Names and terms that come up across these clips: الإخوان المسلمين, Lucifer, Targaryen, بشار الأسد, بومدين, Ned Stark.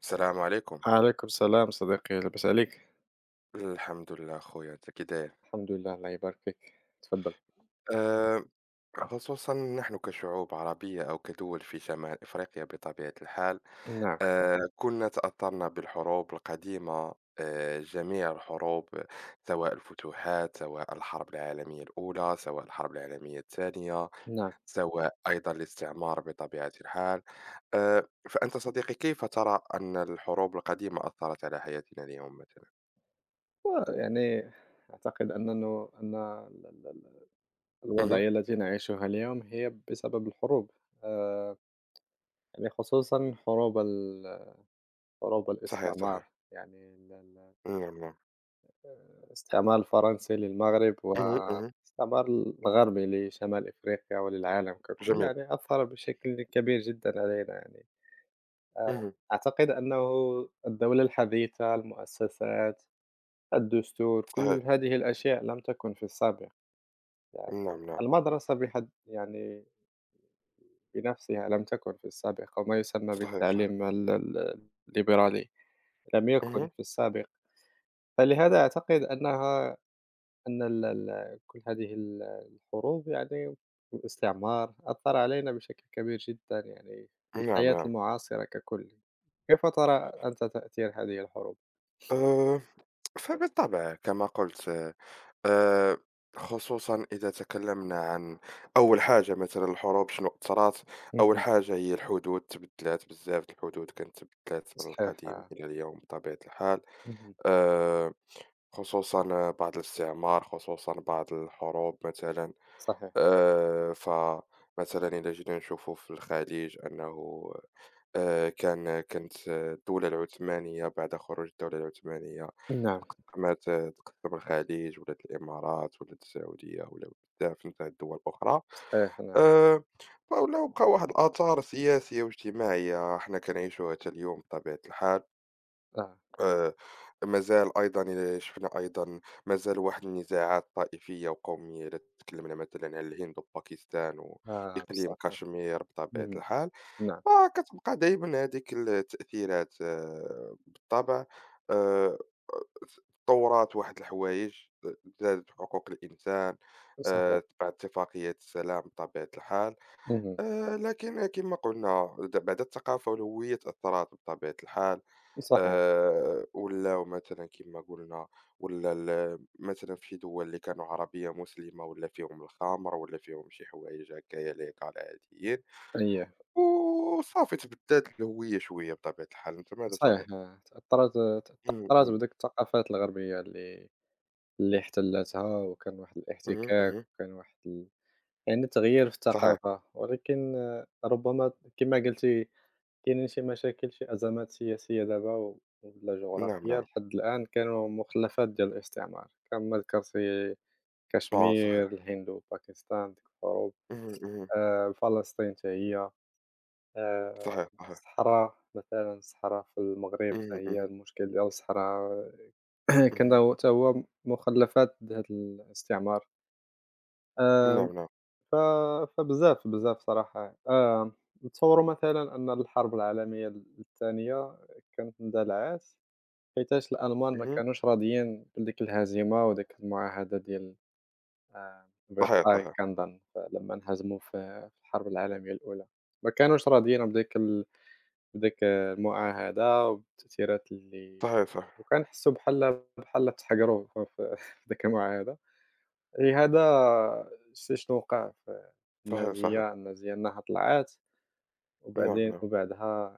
السلام عليكم. عليكم السلام صديقي، لاباس عليك؟ الحمد لله خويا أنت كي داير؟ الحمد لله، الله يبارك فيك، تفضل. آآ خصوصًا نحن كشعوب عربية أو كدول في شمال إفريقيا بطبيعة الحال، نعم، كُنّا تأثّرنا بالحروب القديمة، جميع الحروب سواء الفتوحات، سواء الحرب العالمية الأولى، سواء الحرب العالمية الثانية، نعم. سواء أيضًا الاستعمار بطبيعة الحال. فأنت صديقي كيف ترى أن الحروب القديمة أثّرت على حياتنا اليوم مثلًا؟ ويعني أعتقد أنه أن ال ال ال اهم. الوضعية التي نعيشها اليوم هي بسبب الحروب. آآ، يعني خصوصًا حروب صحيح، الاستعمار، صحيح. يعني ال ال نعم، نعم. الاستعمار الفرنسي للمغرب اهم، اهم، والاستعمار الغربي لشمال أفريقيا وللعالم ككل، جميل، يعني أثّر بشكل كبير جدًا علينا يعني. آآ اهم، أعتقد أنه الدولة الحديثة، المؤسسات، الدستور، صحيح، كل هذه الأشياء لم تكن في السابق، يعني نعم، نعم، المدرسة بحد يعني بنفسها لم تكن في السابق، أو ما يسمى صحيح، صحيح، بالتعليم ال ال الليبرالي لم يكن اهم، في السابق، فلهذا أعتقد أنها أن ال ال كل هذه الحروب يعني والاستعمار أثّر علينا بشكل كبير جدًا يعني في نعم، الحياة نعم، المعاصرة ككل. كيف ترى أنت تأثير هذه الحروب؟ آآ، فبالطبع كما قلت، آآ، خصوصًا إذا تكلمنا عن أول حاجة مثلًا، الحروب شنو أثرت؟ أول اهم، حاجة هي الحدود تبدلات بزاف، الحدود كانت تبدلات من صحيح القديم آه، إلى اليوم بطبيعة الحال، اهم، آآ، خصوصًا بعد الاستعمار، خصوصًا بعد الحروب مثلًا، صحيح، فمثلًا إذا جينا نشوفوا في الخليج أنه كانت الدولة العثمانية، بعد خروج الدولة العثمانية نعم، قامت آه، تقسّم الخليج، ولات الإمارات، ولات السعودية، ولاو بزاف نتاع الدول الأخرى، صحيح نعم، آآ فولاو بقاو واحد الآثار سياسية واجتماعية حنا كنعيشوها حتى اليوم بطبيعة الحال، آه، آآ مازال أيضًا شفنا أيضًا مازال واحد النزاعات طائفية وقومية، إلا تكلمنا مثلًا على الهند وباكستان آه، وإقليم بصح كشمير بطبيعة اهم، الحال. نعم، آه، كتبقى دايمًا هذيك التأثيرات، آه، بالطبع آآ، تطورات واحد الحوايج، آه، زادت حقوق الإنسان، صحيح، بعد اتفاقية السلام بطبيعة الحال، اهم، لكن كما قلنا د بعد الثقافة والهوية تأثرات بطبيعة الحال، صحيح، ولاو مثلًا كما قلنا، ولا ال مثلًا في دول اللي كانوا عربية مسلمة، ولا فيهم الخمر ولا فيهم شي حوايج هكايا ليق على العاديين. أييه، وصافي تبدّلت الهوية شوية بطبيعة الحال، أنت ماذا صحيح تظن؟ آه، تأثّرت إمم، تأثّرت إمم، بهذيك الثقافات الغربية اللي اللي احتلتها، وكان واحد اهم، الاحتكاك، اهم، وكان واحد ال يعني تغيير في صحيح، الثقافة. ولكن آه، ربما كما قلتِ، كاينين شي مشاكل، شي أزمات سياسية دابا ولا نعم، جغرافية نعم، لحد الآن، كانوا مخلّفات ديال الاستعمار، كما ذكرتِ آه كشمير، صحيح، الهند وباكستان ديك الحروب. اهم، اهم، فلسطين حتى هي، صحيح، صحيح، الصحرا مثلًا، الصحرا في المغرب حتى اهم، هي، اهم، المشكل ديال الصحرا كان اهم، هو، حتى هو مخلّفات د هاد الاستعمار. آآ نعم، نعم، ف فبزاف صراحة. نتصوّروا مثلًا أن الحرب العالمية التانية كانت اندلعات حيتاش الألمان ما اهم، كانوش راضيين بديك الهزيمة وديك المعاهدة ديال آآ صحيح، versailles صحيح، كنظن. فلمّا انهزموا في الحرب العالمية الأولى، ما كانوش راضيين بديك المعاهدة وبالتأثيرات اللي صحيح، صحيح، وكنحسّوا بحال تحقروا في ديك المعاهدة. لهذا شتي شنو وقع في صحيح، صحيح، النازية، النازية أنها طلعت نعم، وبعدين نعم، وبعدها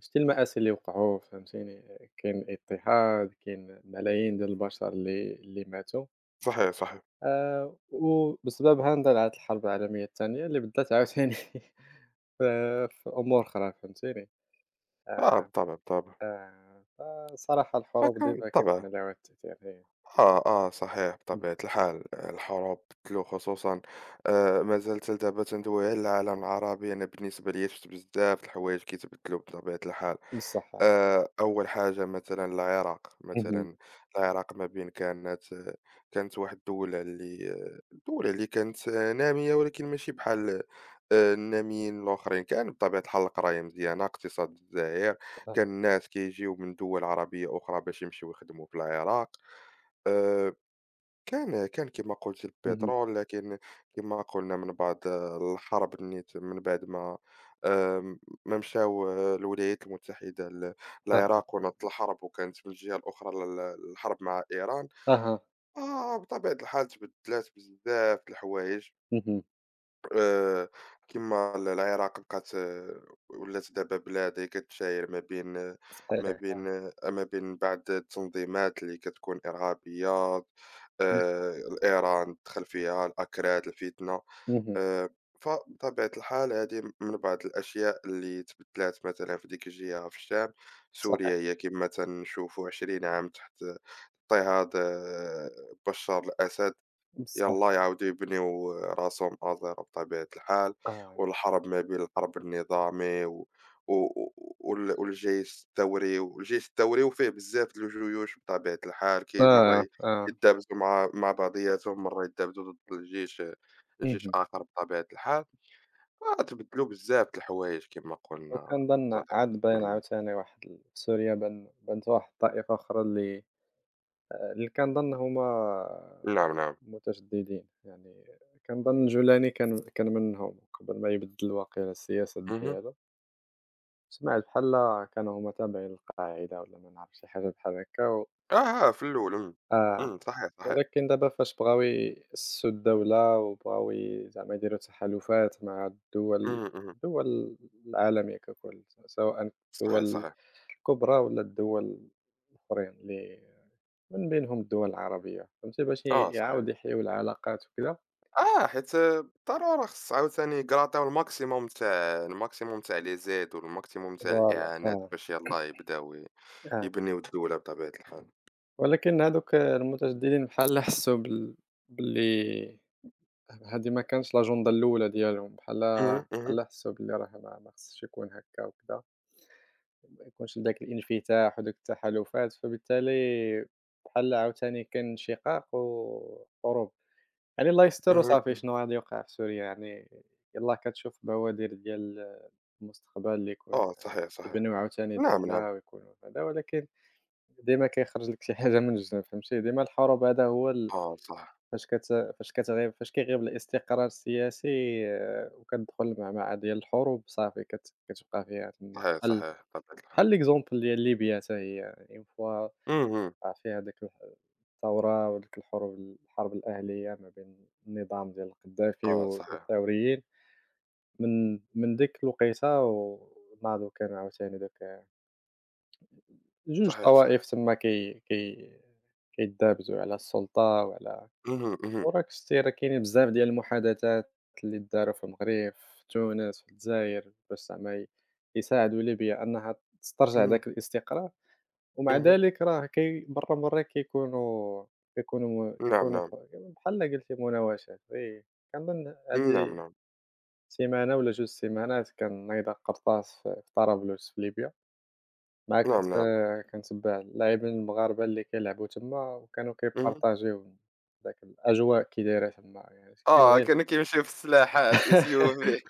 شتي المآسي اللي وقعوا، فهمتيني، كاين اضطهاد، كاين ملايين ديال البشر اللي ماتوا. صحيح، صحيح، وبسبب ها اندلعت الحرب العالمية الثانية اللي بدّات عاوتاني ف في أمور أخرى فهمتيني. آه بالطبع، بالطبع، فصراحة الحروب فكان ديما بالطبع، كيكون لها واحد التأثير، إيه. آه، آه صحيح إمم، بطبيعة الحال، آه، الحروب تبدلوا خصوصًا ما زالت دابا تندوي على العالم العربي. أنا بالنسبة ليا شُفت بزاف د الحوايج كيتبدلوا بطبيعة الحال. بصح آه، أول حاجة مثلًا العراق، اهم، مثلًا العراق ما بين كانت واحد الدولة اللي كانت نامية، ولكن ماشي بحال الناميين الآخرين، كان بطبيعة الحال القراية مزيانة، اقتصاد الجزائر، كان أها، الناس كيجيو من دول عربية أخرى باش يمشيو يخدموا في العراق، آآ كان كما قُلت اهم، البترول، لكن كما قُلنا من بعد آه، الحرب نيت من بعد ما آمم، ما مشاو آه، الولايات المتحدة ل آه، للعراق، ونَضَّت الحرب وكانت من الجهة الأخرى ال الحرب مع إيران، أها، آه بطبيعة الحال تبدّلات بزاف د الحوايج. اهم، آآ كيما ال العراق بقات آه، ولات دابا بلاد هي كتشاير ما بين آه، صحيح ما آه، بين آه، ما بين بعض التنظيمات اللي كتكون إرهابية، بصح، الإيران دخل فيها، الأكراد، الفتنة، اهم، آآ فبطبيعة الحال هذه من بعض الأشياء اللي تبدلات مثلًا في ديك الجهة في الشام، صحيح، سوريا هي كيما تنشوفوا 20 عام تحت اضطهاد آه، بشار الأسد. بصح، يلاه يعاودوا يبنيو راسهم من الزيرو بطبيعة الحال، آه، والحرب ما بين الحرب النظامي و وال والجيش الثوري، والجيش الثوري وفيه بزاف د الجيوش بطبيعة الحال، كاين آه، مرة آه، يتدابزوا مع بعضياتهم، مرة يتدابزوا ضد الجيش جيش اهم، آخر بطبيعة الحال، وتبدلوا بزاف د الحوايج كما قلنا وكنظن صديقي. عاد باين اهم. عاوتاني واحد ال في سوريا بانت واحد الطائفة أخرى اللي آه، اللي كنظن هُما نعم، نعم. متجددين، يعني كنظن جولاني كان منهم قبل ما يبدّل واقيلا السياسات اهم. ديالو. سمعت بحال كانوا هُما تابعين القاعدة والّا ما نعرف شي حاجة بحال هاكا، و آه، آه، في الأول، إمم. آه، إمم، صحيح، صحيح. ولكن دابا فاش بغاو يأسسوا الدولة وبغاو ي زعما يديروا تحالفات مع الدول اهم، اهم. الدول العالمية ككل، سواء صحيح، الدول صحيح. الكبرى والّا الدول الآخرين اللي من بينهم الدول العربية، فهمتي، باش آه، صحيح. يعاودوا يحيوا العلاقات وكذا. آه، حيت بالضرورة خص عاوتاني يقراطيو الماكسيموم تاع الماكسيموم تاع لي زيد والماكسيموم تاع فوالا الإعانات آه، باش يلاه يبداو ي آه. يبنيو الدولة بطبيعة الحال. ولكن هادوك المتجددين بحال حسّوا بال باللي هادي ما كانتش الأجندة الأولى ديالهم، اهم، اهم، بحال حسّوا باللي راه ما خصش يكون هاكا وكذا، ما يكونش داك الانفتاح ودوك التحالفات. فبالتالي بحال عاوتاني كان انشقاق وحروب، يعني الله يستر. اهم، وصافي اهم. شنو غادي يوقع في سوريا يعني، يلاه كتشوف بوادر ديال المستقبل اللي يكون، آه، صحيح، صحيح. يبنيو عاوتاني نعم، نعم. دولة ويكونوا هذا، ولكن ديما كيخرج لك شي حاجة من الجنب فهمتي. ديما الحروب هذا هو ال آه، صح. فاش كت كتغيب فاش كيغيب الاستقرار السياسي آه، وكتدخل المعمعة ديال الحروب، صافي كتبقى فيها تما. صحيح، صحيح، بطبيعة بحال الحال. ليكزومبل ديال ليبيا، حتى هي اون فوا اهم. وقع فيها داك الح الثورة وديك الحروب، الحرب الأهلية ما بين النظام ديال القدّافي آه، صحيح. والثوريين. من من ديك الوقيتة وناضوا، كانوا عاوتاني دوك جوج صحيح، صحيح. طوائف تما كي كي كيدابزو على السلطة وعلى، اهم، اهم، وراك شتي راه كاينين بزاف ديال المحادثات اللي داروا في المغرب، في تونس، في الجزائر، باش زعما يساعدوا ليبيا أنها تسترجع اهم، داك الاستقرار. ومع اهم. ذلك راه كي مرّة كيكونوا كيكونوا نعم، كيكونوا نعم. ح بحال قلتي مناوشات كنظن نعم، هذه نعم. سيمانة ولا جوج سيمانات كان نايضة قرطاس في طرابلس في ليبيا. مع كنت نعم، نعم. كنتبّع اللاعبين المغاربة اللي كيلعبوا تما وكانوا اهم. كيبارطاجيو داك الأجواء كي دايرة تما، يعني اش كاين آه، غير كانوا كيمشيو في السلاحات الإثيوبي.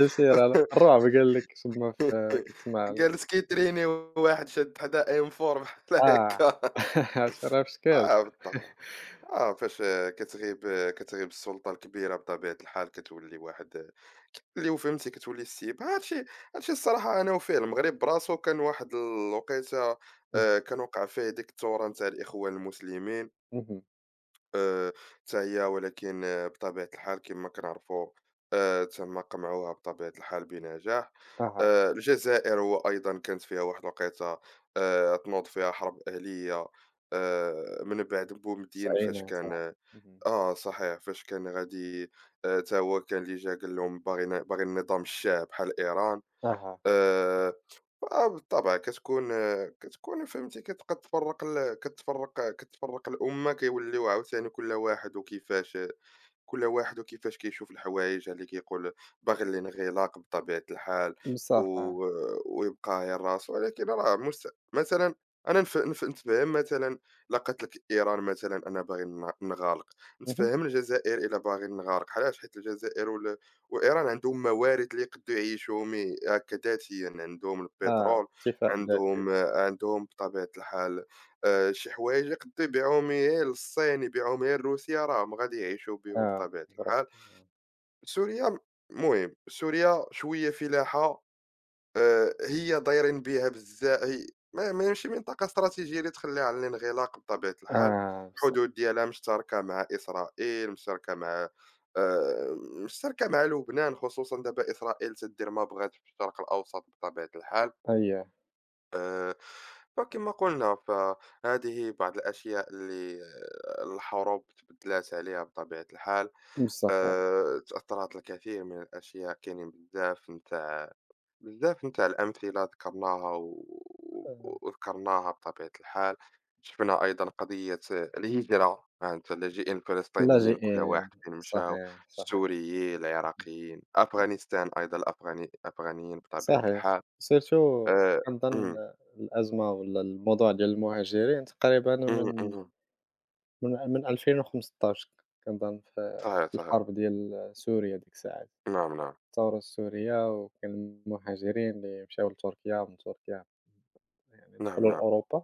الشيرة ال الرعب قال لك تما في كتسمع ال جالس كيتريني وواحد شاد حدا M4 بحال آه، هكا. شرف شكال. آه بالطبع، آه فاش آه، كتغيب آه، كتغيب السلطة الكبيرة بطبيعة الحال، كتولي واحد آه، اللي هو فهمتي كتولي السيب. هادشي هادشي الصراحة أنا وفيه المغرب براسو كان واحد الوقيتة اهم، كان وقع فيه ديك الثورة نتاع الإخوان المسلمين، اهم، آآ، حتى هي ولكن آه، بطبيعة الحال كما كنعرفوا تم قمعها بطبيعة الحال بنجاح. أها، الجزائر وأيضًا كانت فيها واحد الوقيتة تنوض فيها حرب أهلية، من بعد بومدين فاش التسعينات كان آه، آه، اهم، اه صحيح، فاش كان غادي تا هو كان اللي جا قال لهم باغينا باغي النظام الشاه بحال إيران. أها، آآ، فبالطبع كتكون كتكون فهمتِ كت كتفرّق ال كتفرّق كتفرّق الأمة، كيوليو عاوتاني كل واحد وكيفاش كل واحد وكيفاش كيشوف الحوايج اللي كيقول باغي الانغلاق بطبيعة الحال بصح آه، و... ويبقى على راسو، ولكن راه مست... مثلا انا نف... نف... نتفهم مثلا، لقت لك ايران مثلا انا باغي ن- نغالق، اهم، نتفهم الجزائر الا باغي نغالق علاش حيت الجزائر وال... وايران عندهم موارد اللي يقدروا يعيشوا مي هكا ذاتيا، عندهم آه، البترول، اكتفاء ذاتي عندهم بطبيعة الحال شي حوايج يقدّروا يبيعوهم يا للصين، يبيعوهم يا لروسيا، راهم غادي يعيشوا بيهم آه، بطبيعة فري الحال. آه، سوريا المهم، سوريا شوية فلاحة هي دايرين بها بزا هي ما ماشي منطقة استراتيجية اللي تخليها على الانغلاق بطبيعة الحال، آه، بصح الحدود ديالها مشتركة مع إسرائيل، مشتركة مع آآ مشتركة مع لبنان، خصوصًا دابا إسرائيل تدير ما بغات في الشرق الأوسط بطبيعة الحال. أييه، آآ، فكما قُلنا فهذه بعض الأشياء اللي آه، الحروب تبدّلات عليها بطبيعة الحال، بصح تأثّرات الكثير من الأشياء، كاينين بزاف نتاع بزاف نتاع الأمثلة ذكرناها و آه، وذكرناها بطبيعة الحال، شفنا أيضًا قضية آه، الهجرة عن اللاجئين الفلسطينيين كل اللاجئين واحد فين مشاو، صحيح، صحيح. السوريين، العراقيين، أفغانستان أيضًا الأفغاني الأفغانيين بطبيعة صحيح. الحال. سيرتو آآ كنظن إمم، الأزمة والّا الموضوع ديال المهاجرين تقريبًا إمم، من إمم. من من 2015 كنظن في صحيح، صحيح. الحرب ديال سوريا ديك الساعات، نعم، نعم. الثورة السورية، وكان المهاجرين اللي مشاو لتركيا ومن تركيا يعني نعم، دخلوا نعم. لأوروبا.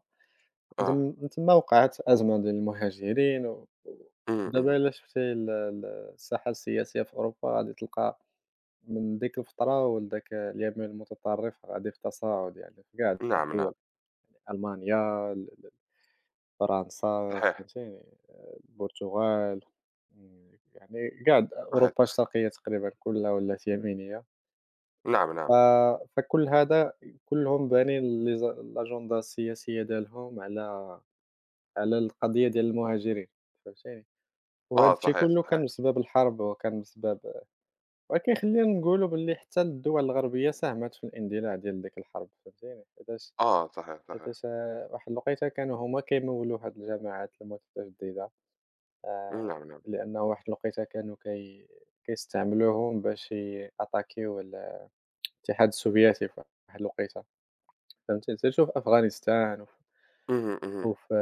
آه. من تما وقعت أزمة ديال المهاجرين إمم، ودابا إمم. إلا شفتي ال ال الساحة السياسية في أوروبا غادي تلقى من ديك الفترة ولداك اليمين المتطرف غادي في تصاعد، يعني في كاع نعم، نعم. الدول. ألمانيا، ال ال فرنسا، صحيح، فهمتيني، البرتغال، إمم، يعني كاع أوروبا صحيح. الشرقية تقريبا كلها ولات يمينية. نعم، ف نعم. فكل هذا، كلهم بانين لي ز الأجندة السياسية ديالهم على على القضية ديال المهاجرين، فهمتيني. وهذا آه، الشيء صحيح، كله كان صحيح. بسبب الحرب وكان بسبب، ولكن خلّينا نقولوا باللي حتى الدول الغربية ساهمت في الاندلاع ديال ديك الحرب، فهمتيني. حيتاش آه، صحيح، صحيح. حيتاش آه، واحد الوقيتة كانوا هُما كيمولوا هاد الجماعات المتجددة. آآ نعم، نعم. لأن واحد الوقيتة كانوا كيستعملوهم باش يأتاكيو الاتحاد السوفيتي في واحد الوقيتة، فهمتي. حتى شوف أفغانستان اهم، اهم. وفي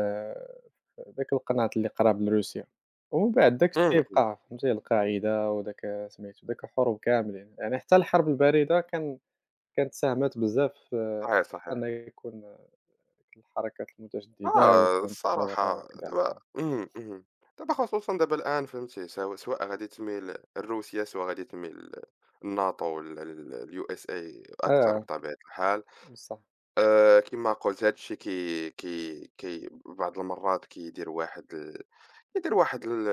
داك القناط اللي قراب لروسيا، ومن بعد داك الشي إمم، إمم. بقى فهمتي القاعدة وداك سميتو داك الحروب كاملين. يعني حتى الحرب الباردة كان كانت ساهمت بزاف في صحيح، أن صحيح. يكون الحركات المتجددة آه، ويكون الثورة الصراحة وكذا دابا آه. إمم، إمم. دابا خصوصًا دابا الآن فهمتي، سو سواء غادي تميل لروسيا، سواء غادي تميل للناتو ولا لل لUSA أكتر آه بطبيعة الحال. بصح، كيما قُلت هاد الشي كي كي كي بعض المرات كيدير واحد ال يدير واحد ال-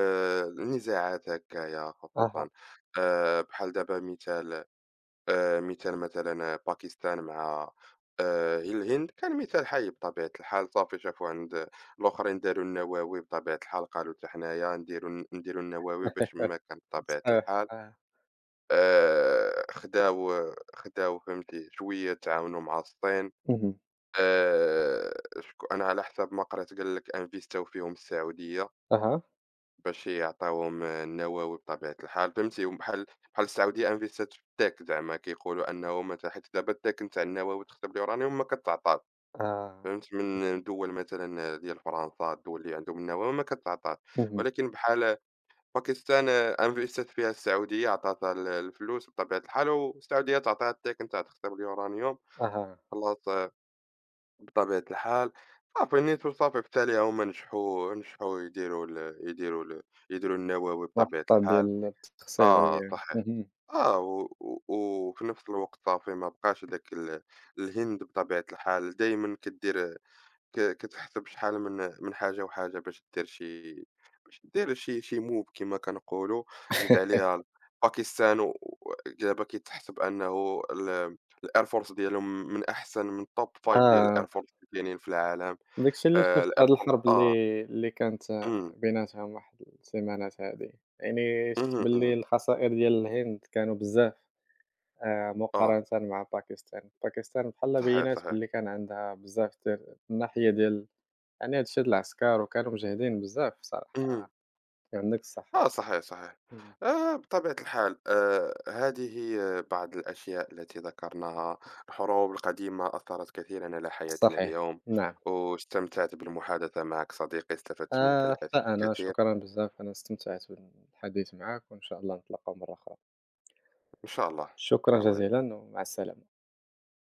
النزاعات هكايا أها خصوصا آه، بحال دابا مثال آه، مثال مثلا آه، باكستان مع آه، الهند كان مثال حي بطبيعة الحال، صافي شافوا عند الآخرين داروا النووي بطبيعة الحال، قالوا حتى حنايا نديروا نديروا النووي باش ما كان بطبيعة صحيح الحال. آه، آه، خداو خداو فهمتي شوية تعاونوا مع الصين، اهم، آه، شكو- أنا على حسب ما قرأت قال لك انفيستاو فيهم السعودية أها، باش يعطاوهم النووي بطبيعة الحال، فهمتِ، هُم بحال بحال السعودية أنفستات في التاك، زعما كيقولوا أنه مثلًا حيت دابا التاك نتاع النووي تخطيب اليورانيوم ما كتعطاش، آه. فهمت، من دول مثلًا ديال فرنسا، الدول اللي عندهم النووي ما كتعطاش، اهم، ولكن بحال باكستان أنفستات فيها السعودية، عطاتها ال الفلوس بطبيعة الحال، والسعودية تعطيها التاك نتاع تخطيب اليورانيوم، أها، خلاص بطبيعة الحال، صافي نيتو صافي، في التالي هُم نجحوا نجحوا يديروا ال يديروا ال يديروا النووي بطبيعة محطة الحال. ديال التخصيب هي، آه صحيح. اهم. آه، و و وفي نفس الوقت صافي ما بقاش هاداك ال الهند بطبيعة الحال دايمًا كدير ك كتحسب شحال من من حاجة وحاجة باش دير شي باش دير شي شي move كما كنقولوا، زيد عليها باكستان و و- دابا كيتحسب أنه ال الair force ديالهم من أحسن من top 5 ديال آه، الair force اللي كاينين في العالم، داك الشي اللي شفت في الair هاد force الحرب آه، اللي كانت إمم، بيناتهم واحد السيمانات هادي، يعني شفت اهم، باللي إمم، الخسائر ديال الهند كانوا بزاف. آه، مقارنة مع باكستان، باكستان بحال صحيح، بينات صحيح. باللي كان عندها بزاف د من الناحية ديال يعني هاد الشي د العسكر، وكانوا مجهدين بزاف الصراحة. اهم. عندك الصح، آه صحيح، صحيح. إمم، بطبيعة الحال هذه آه، بعض الأشياء التي ذكرناها، الحروب القديمة أثّرت كثيرًا على حياتنا صحيح، اليوم، نعم. واستمتعت بالمحادثة معك صديقي، استفدت منك الأ حتى أنا الكثير، شكرًا بزاف، أنا استمتعت بالحديث معاك وإن شاء الله نتلاقاو مرة أخرى. إن شاء الله. شكرًا السلام عليكم. جزيلًا ومع السلامة.